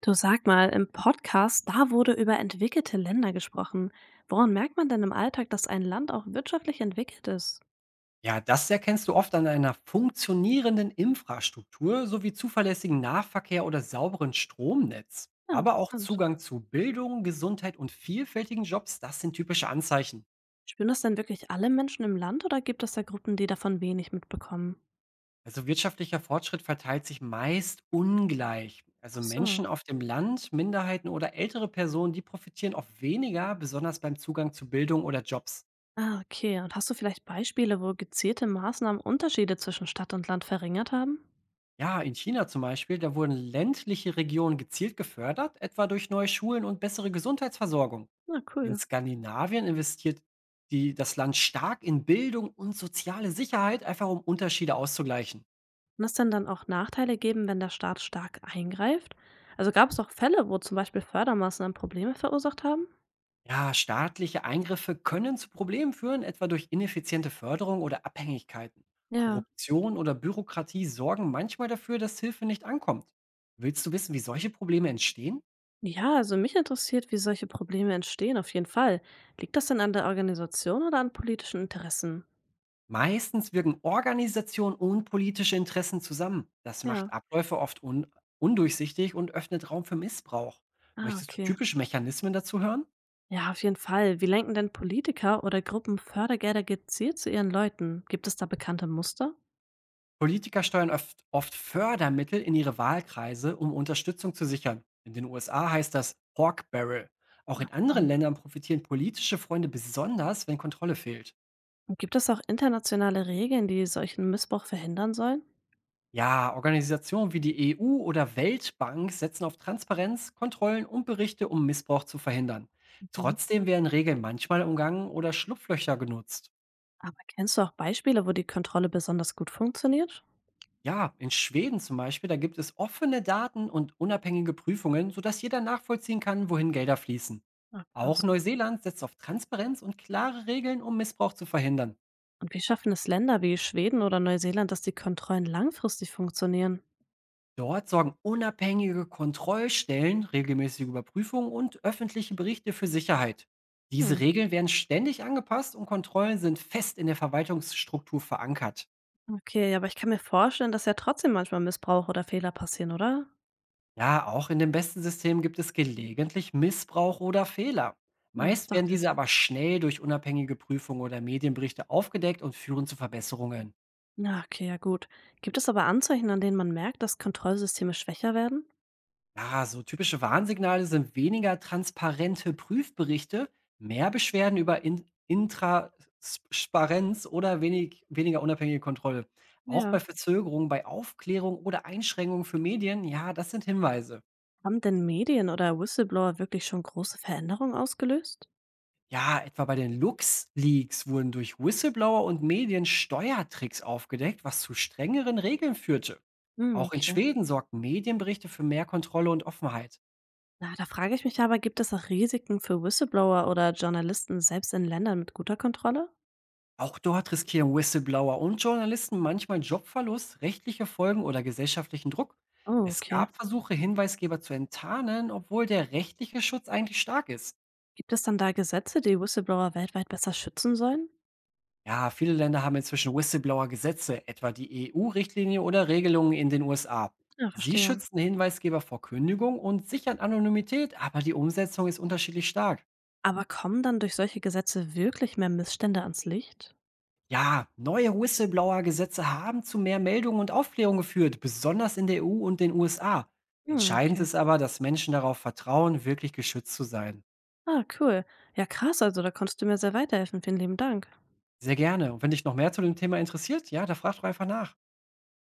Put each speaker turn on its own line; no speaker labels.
Du, sag mal, im Podcast, da wurde über entwickelte Länder gesprochen. Woran merkt man denn im Alltag, dass ein Land auch wirtschaftlich entwickelt ist?
Ja, das erkennst du oft an einer funktionierenden Infrastruktur sowie zuverlässigen Nahverkehr oder sauberen Stromnetz.
Ja,
Aber auch
interessant.
Zugang zu Bildung, Gesundheit und vielfältigen Jobs, das sind typische Anzeichen.
Spüren das denn wirklich alle Menschen im Land oder gibt es da Gruppen, die davon wenig mitbekommen?
Also wirtschaftlicher Fortschritt verteilt sich meist ungleich. Also
Ach so.
Menschen auf dem Land, Minderheiten oder ältere Personen, die profitieren oft weniger, besonders beim Zugang zu Bildung oder Jobs.
Ah, okay. Und hast du vielleicht Beispiele, wo gezielte Maßnahmen Unterschiede zwischen Stadt und Land verringert haben?
Ja, in China zum Beispiel, da wurden ländliche Regionen gezielt gefördert, etwa durch neue Schulen und bessere Gesundheitsversorgung.
Na,
In
cool.
Skandinavien investiert das Land stark in Bildung und soziale Sicherheit, einfach um Unterschiede auszugleichen.
Kann es denn dann auch Nachteile geben, wenn der Staat stark eingreift? Also gab es auch Fälle, wo zum Beispiel Fördermaßnahmen Probleme verursacht haben?
Ja, staatliche Eingriffe können zu Problemen führen, etwa durch ineffiziente Förderung oder Abhängigkeiten.
Ja.
Korruption oder Bürokratie sorgen manchmal dafür, dass Hilfe nicht ankommt. Willst du wissen, wie solche Probleme entstehen?
Ja, also mich interessiert, wie solche Probleme entstehen, auf jeden Fall. Liegt das denn an der Organisation oder an politischen Interessen?
Meistens wirken Organisation und politische Interessen zusammen. Das
Ja.
macht Abläufe oft un undurchsichtig und öffnet Raum für Missbrauch.
Ah,
Möchtest du
okay.
typische Mechanismen dazu hören?
Ja, auf jeden Fall. Wie lenken denn Politiker oder Gruppen Fördergelder gezielt zu ihren Leuten? Gibt es da bekannte Muster?
Politiker steuern oft Fördermittel in ihre Wahlkreise, um Unterstützung zu sichern. In den USA heißt das Pork Barrel. Auch
Na,
in anderen
spannend.
Ländern profitieren politische Freunde besonders, wenn Kontrolle fehlt.
Und gibt es auch internationale Regeln, die solchen Missbrauch verhindern sollen?
Ja, Organisationen wie die EU oder Weltbank setzen auf Transparenz, Kontrollen und Berichte, um Missbrauch zu verhindern.
Mhm.
Trotzdem werden Regeln manchmal umgangen oder Schlupflöcher genutzt.
Aber kennst du auch Beispiele, wo die Kontrolle besonders gut funktioniert?
Ja, in Schweden zum Beispiel, da gibt es offene Daten und unabhängige Prüfungen, sodass jeder nachvollziehen kann, wohin Gelder fließen.
Ach,
Auch
krass.
Neuseeland setzt auf Transparenz und klare Regeln, um Missbrauch zu verhindern.
Und wie schaffen es Länder wie Schweden oder Neuseeland, dass die Kontrollen langfristig funktionieren?
Dort sorgen unabhängige Kontrollstellen, regelmäßige Überprüfungen und öffentliche Berichte für Sicherheit.
Hm.
Diese Regeln werden ständig angepasst und Kontrollen sind fest in der Verwaltungsstruktur verankert.
Okay, aber ich kann mir vorstellen, dass ja trotzdem manchmal Missbrauch oder Fehler passieren, oder?
Ja, auch in dem besten System gibt es gelegentlich Missbrauch oder Fehler.
Ja, das
Meist werden
dachte ich.
diese aber schnell durch unabhängige Prüfungen oder Medienberichte aufgedeckt und führen zu Verbesserungen.
Na, okay, ja gut. Gibt es aber Anzeichen, an denen man merkt, dass Kontrollsysteme schwächer werden?
Ja, so typische Warnsignale sind weniger transparente Prüfberichte, mehr Beschwerden über In Intransparenz oder weniger unabhängige Kontrolle. Auch
Ja.
bei Verzögerungen, bei Aufklärung oder Einschränkungen für Medien, ja, das sind Hinweise.
Haben denn Medien oder Whistleblower wirklich schon große Veränderungen ausgelöst?
Ja, etwa bei den Lux-Leaks wurden durch Whistleblower und Medien Steuertricks aufgedeckt, was zu strengeren Regeln führte.
Hm,
Auch in
okay.
Schweden sorgten Medienberichte für mehr Kontrolle und Offenheit.
Na, da frage ich mich aber, gibt es auch Risiken für Whistleblower oder Journalisten selbst in Ländern mit guter Kontrolle?
Auch dort riskieren Whistleblower und Journalisten manchmal Jobverlust, rechtliche Folgen oder gesellschaftlichen Druck.
Oh,
Es
okay.
gab Versuche, Hinweisgeber zu enttarnen, obwohl der rechtliche Schutz eigentlich stark ist.
Gibt es dann da Gesetze, die Whistleblower weltweit besser schützen sollen?
Ja, viele Länder haben inzwischen Whistleblower-Gesetze, etwa die EU-Richtlinie oder Regelungen in den USA.
Ja,
Sie
verstehe.
schützen Hinweisgeber vor Kündigung und sichern Anonymität, aber die Umsetzung ist unterschiedlich stark.
Aber kommen dann durch solche Gesetze wirklich mehr Missstände ans Licht?
Ja, neue Whistleblower-Gesetze haben zu mehr Meldungen und Aufklärung geführt, besonders in der EU und den USA.
Hm,
Entscheidend
okay.
ist aber, dass Menschen darauf vertrauen, wirklich geschützt zu sein.
Ah, cool. Ja, krass, also da konntest du mir sehr weiterhelfen. Vielen lieben Dank.
Sehr gerne. Und wenn dich noch mehr zu dem Thema interessiert, ja, da frag doch einfach nach.